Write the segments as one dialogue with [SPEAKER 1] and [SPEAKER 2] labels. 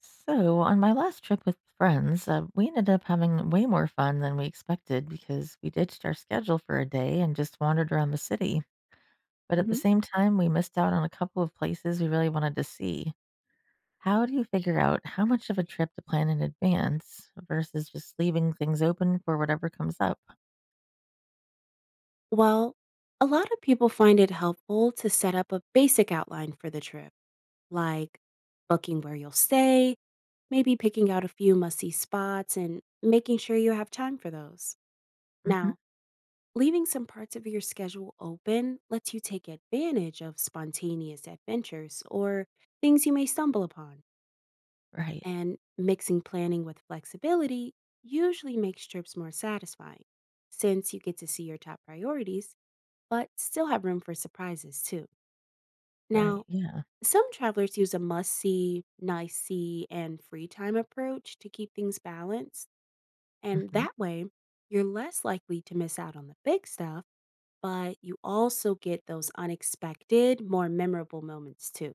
[SPEAKER 1] So, on my last trip with friends, we ended up having way more fun than we expected because we ditched our schedule for a day and just wandered around the city. But at the
[SPEAKER 2] Mhm.
[SPEAKER 1] same time, we missed out on a couple of places we really wanted to see. How do you figure out how much of a trip to plan in advance versus just leaving things open for whatever comes up?
[SPEAKER 2] Well, a lot of people find it helpful to set up a basic outline for the trip, like booking where you'll stay, maybe picking out a few must see spots, and making sure you have time for those.
[SPEAKER 1] Hmm.
[SPEAKER 2] Now, leaving some parts of your schedule open lets you take advantage of spontaneous adventures or things you may stumble upon.
[SPEAKER 1] Right,
[SPEAKER 2] And mixing planning with flexibility usually makes trips more satisfying since you get to see your top priorities but still have room for surprises too.
[SPEAKER 1] right,
[SPEAKER 2] Now,
[SPEAKER 1] yeah.
[SPEAKER 2] some travelers use a must see, nice see, and free time approach to keep things balanced. And
[SPEAKER 1] Hmm.
[SPEAKER 2] that way, you're less likely to miss out on the big stuff, but you also get those unexpected, more memorable moments too.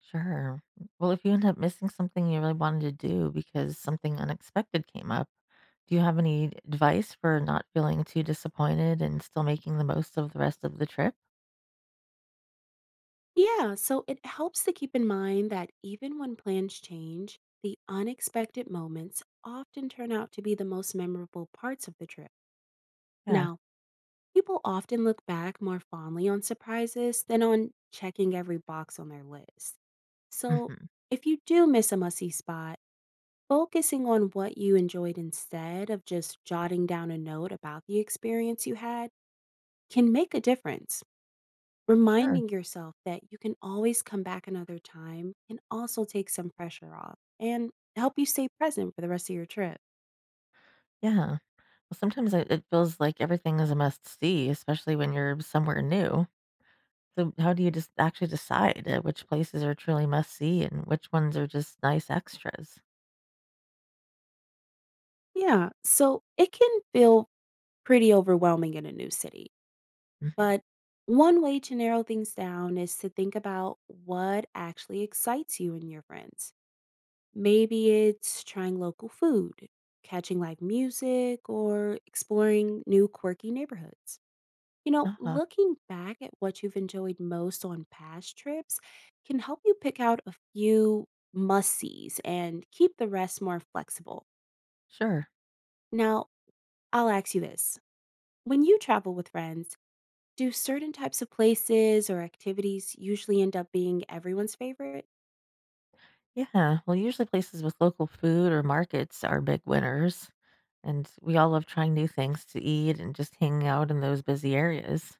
[SPEAKER 1] Sure. Well, if you end up missing something you really wanted to do because something unexpected came up, do you have any advice for not feeling too disappointed and still making the most of the rest of the trip?
[SPEAKER 2] Yeah, so it helps to keep in mind that even when plans change, the unexpected moments often turn out to be the most memorable parts of the trip.
[SPEAKER 1] Yeah.
[SPEAKER 2] Now, people often look back more fondly on surprises than on checking every box on their list. So,
[SPEAKER 1] Hmm.
[SPEAKER 2] if you do miss a musty spot, focusing on what you enjoyed instead of just jotting down a note about the experience you had can make a difference.
[SPEAKER 1] Sure.
[SPEAKER 2] Reminding yourself that you can always come back another time can also take some pressure off and help you stay present for the rest of your trip.
[SPEAKER 1] Yeah. Well, sometimes it feels like everything is a must see, especially when you're somewhere new. So, how do you just actually decide which places are truly must see and which ones are just nice extras?
[SPEAKER 2] Yeah, so it can feel pretty overwhelming in a new city.
[SPEAKER 1] Hmm.
[SPEAKER 2] But one way to narrow things down is to think about what actually excites you and your friends. Maybe it's trying local food, catching live music, or exploring new quirky neighborhoods. You know,
[SPEAKER 1] Uh-huh.
[SPEAKER 2] looking back at what you've enjoyed most on past trips can help you pick out a few must sees and keep the rest more flexible.
[SPEAKER 1] Sure.
[SPEAKER 2] Now, I'll ask you this: when you travel with friends, do certain types of places or activities usually end up being everyone's favorite?
[SPEAKER 1] Yeah, well, usually places with local food or markets are big winners. And we all love trying new things to eat and just hanging out in those busy areas.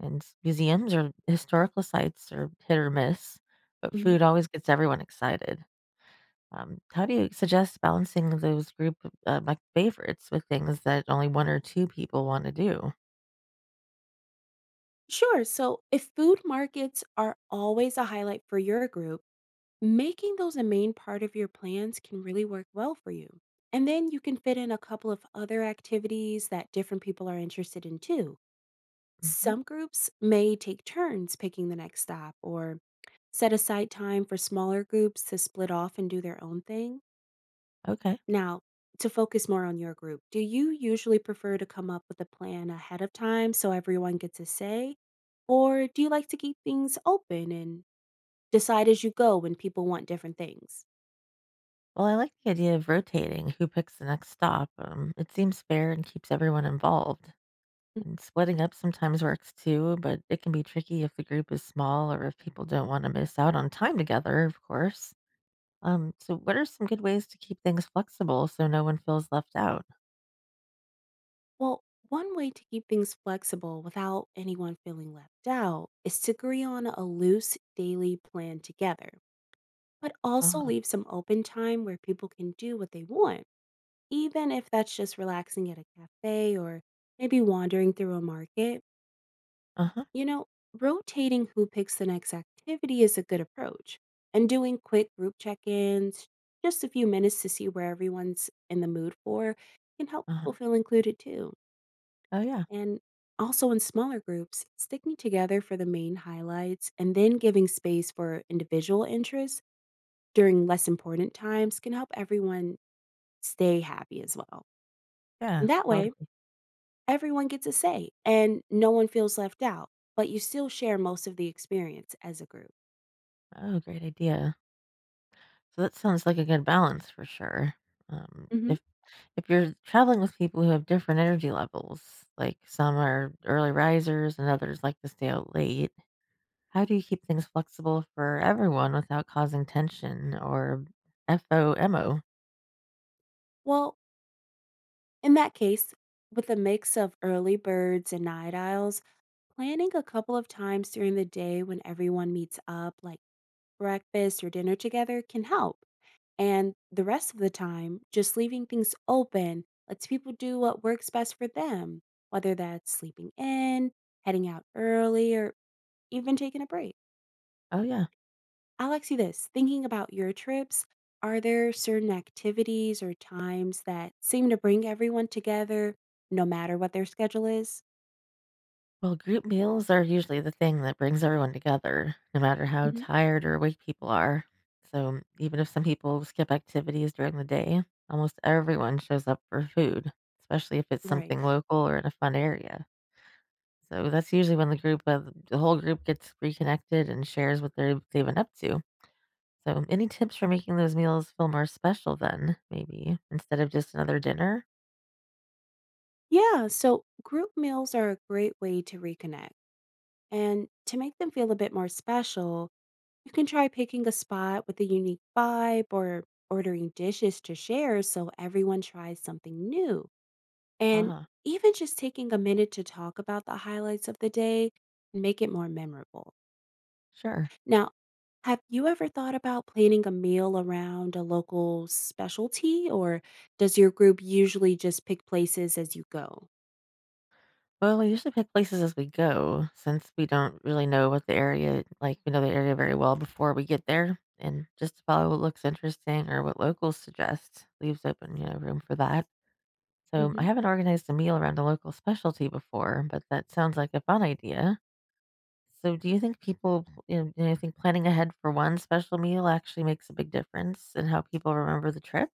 [SPEAKER 1] And museums or historical sites are hit or miss, but
[SPEAKER 2] Mhm.
[SPEAKER 1] food always gets everyone excited. How do you suggest balancing those group like favorites with things that only one or two people want to do?
[SPEAKER 2] Sure. So, if food markets are always a highlight for your group, making those a main part of your plans can really work well for you. And then you can fit in a couple of other activities that different people are interested in too.
[SPEAKER 1] Hmm.
[SPEAKER 2] Some groups may take turns picking the next stop or set aside time for smaller groups to split off and do their own thing.
[SPEAKER 1] Okay.
[SPEAKER 2] Now, to focus more on your group, do you usually prefer to come up with a plan ahead of time so everyone gets a say? Or do you like to keep things open and decide as you go when people want different things?
[SPEAKER 1] Well, I like the idea of rotating who picks the next stop. It seems fair and keeps everyone involved.
[SPEAKER 2] Hm.
[SPEAKER 1] And splitting up sometimes works too, but it can be tricky if the group is small or if people don't want to miss out on time together, of course. So what are some good ways to keep things flexible so no one feels left out?
[SPEAKER 2] Well, one way to keep things flexible without anyone feeling left out is to agree on a loose daily plan together, but also
[SPEAKER 1] Uh-huh.
[SPEAKER 2] leave some open time where people can do what they want. Even if that's just relaxing at a cafe or maybe wandering through a market,
[SPEAKER 1] Uh-huh.
[SPEAKER 2] you know, rotating who picks the next activity is a good approach. And doing quick group check ins, just a few minutes to see where everyone's in the mood for, can help people
[SPEAKER 1] Uh-huh.
[SPEAKER 2] feel included too.
[SPEAKER 1] Oh yeah.
[SPEAKER 2] And also in smaller groups, sticking together for the main highlights and then giving space for individual interests during less important times can help everyone stay happy as well.
[SPEAKER 1] Yeah,
[SPEAKER 2] And that way,
[SPEAKER 1] totally.
[SPEAKER 2] everyone gets a say, and no one feels left out, but you still share most of the experience as a group.
[SPEAKER 1] Oh, great idea. So that sounds like a good balance for sure. Um,
[SPEAKER 2] Hmm.
[SPEAKER 1] if if you're traveling with people who have different energy levels, like some are early risers and others like to stay out late, how do you keep things flexible for everyone without causing tension or FOMO?
[SPEAKER 2] Well, in that case, with a mix of early birds and night owls, planning a couple of times during the day when everyone meets up, like breakfast or dinner together, can help. And the rest of the time, just leaving things open lets people do what works best for them, whether that's sleeping in, heading out early, or even taking a break.
[SPEAKER 1] Oh, yeah.
[SPEAKER 2] I'll ask you this, thinking about your trips, are there certain activities or times that seem to bring everyone together no matter what their schedule is?
[SPEAKER 1] Well, group meals are usually the thing that brings everyone together, no matter how
[SPEAKER 2] Hmm.
[SPEAKER 1] tired or awake people are. So, even if some people skip activities during the day, almost everyone shows up for food, especially if it's
[SPEAKER 2] Right.
[SPEAKER 1] something local or in a fun area. So, that's usually when the group, the whole group gets reconnected and shares what they've been up to. So, any tips for making those meals feel more special then, maybe, instead of just another dinner?
[SPEAKER 2] Yeah. So group meals are a great way to reconnect. And to make them feel a bit more special, you can try picking a spot with a unique vibe or ordering dishes to share so everyone tries something new. And
[SPEAKER 1] Ah,
[SPEAKER 2] even just taking a minute to talk about the highlights of the day and make it more memorable.
[SPEAKER 1] sure.
[SPEAKER 2] Now, have you ever thought about planning a meal around a local specialty, or does your group usually just pick places as you go?
[SPEAKER 1] Well, we usually pick places as we go since we don't really know what the area like, we know the area very well before we get there and just to follow what looks interesting or what locals suggest leaves open, you know, room for that. So I
[SPEAKER 2] Hmm.
[SPEAKER 1] haven't organized a meal around a local specialty before, but that sounds like a fun idea. So do you think people, you know, do you think planning ahead for one special meal actually makes a big difference in how people remember the trip?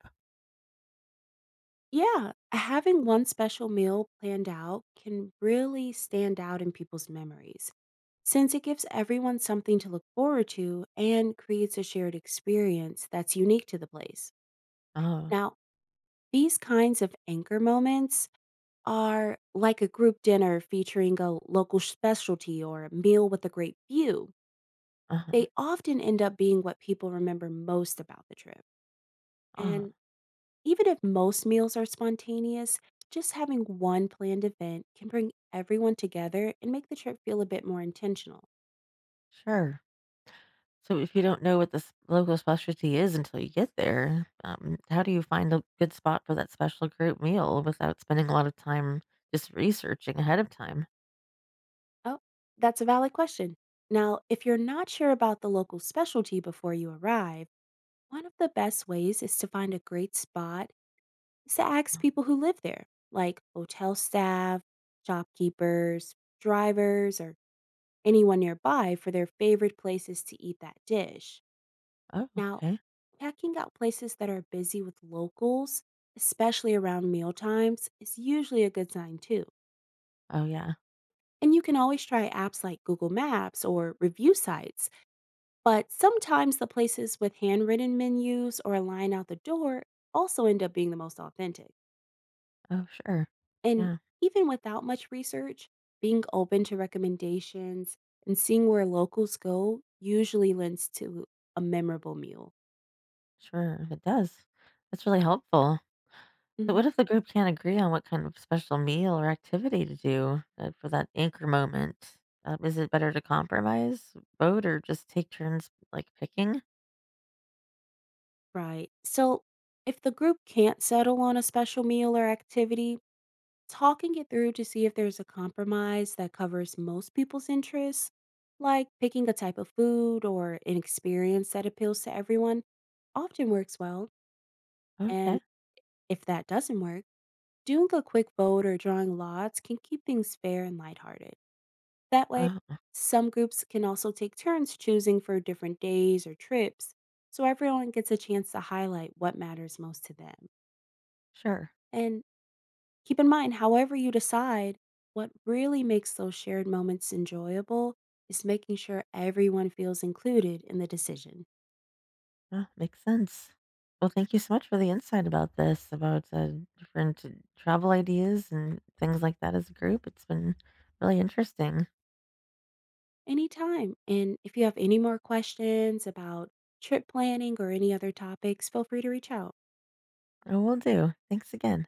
[SPEAKER 2] Yeah, having one special meal planned out can really stand out in people's memories since it gives everyone something to look forward to and creates a shared experience that's unique to the place.
[SPEAKER 1] Oh,
[SPEAKER 2] Now, these kinds of anchor moments are like a group dinner featuring a local specialty or a meal with a great view,
[SPEAKER 1] uh-huh,
[SPEAKER 2] they often end up being what people remember most about the trip.
[SPEAKER 1] uh-huh,
[SPEAKER 2] And even if most meals are spontaneous, just having one planned event can bring everyone together and make the trip feel a bit more intentional.
[SPEAKER 1] sure. So if you don't know what the local specialty is until you get there, how do you find a good spot for that special group meal without spending a lot of time just researching ahead of time?
[SPEAKER 2] Oh, that's a valid question. Now, if you're not sure about the local specialty before you arrive, one of the best ways is to find a great spot is to ask people who live there, like hotel staff, shopkeepers, drivers, or anyone nearby for their favorite places to eat that dish.
[SPEAKER 1] Oh,
[SPEAKER 2] Now,
[SPEAKER 1] okay.
[SPEAKER 2] checking out places that are busy with locals, especially around meal times, is usually a good sign too.
[SPEAKER 1] Oh, yeah.
[SPEAKER 2] And you can always try apps like Google Maps or review sites, but sometimes the places with handwritten menus or a line out the door also end up being the most authentic.
[SPEAKER 1] Oh, sure.
[SPEAKER 2] And
[SPEAKER 1] Yeah,
[SPEAKER 2] even without much research, being open to recommendations and seeing where locals go usually lends to a memorable meal.
[SPEAKER 1] sure. It does. That's really helpful. But what
[SPEAKER 2] Hmm.
[SPEAKER 1] if the group can't agree on what kind of special meal or activity to do for that anchor moment? Is it better to compromise, vote, or just take turns like picking?
[SPEAKER 2] Right. So if the group can't settle on a special meal or activity, talking it through to see if there's a compromise that covers most people's interests, like picking a type of food or an experience that appeals to everyone, often works well. And
[SPEAKER 1] Okay.
[SPEAKER 2] if that doesn't work, doing a quick vote or drawing lots can keep things fair and lighthearted. That way,
[SPEAKER 1] Uh,
[SPEAKER 2] some groups can also take turns choosing for different days or trips, so everyone gets a chance to highlight what matters most to them.
[SPEAKER 1] sure.
[SPEAKER 2] And keep in mind, however you decide, what really makes those shared moments enjoyable is making sure everyone feels included in the decision.
[SPEAKER 1] Yeah, makes sense. Well, thank you so much for the insight about this, about different travel ideas and things like that as a group. It's been really interesting.
[SPEAKER 2] Anytime. And if you have any more questions about trip planning or any other topics, feel free to reach out.
[SPEAKER 1] I will do. Thanks again.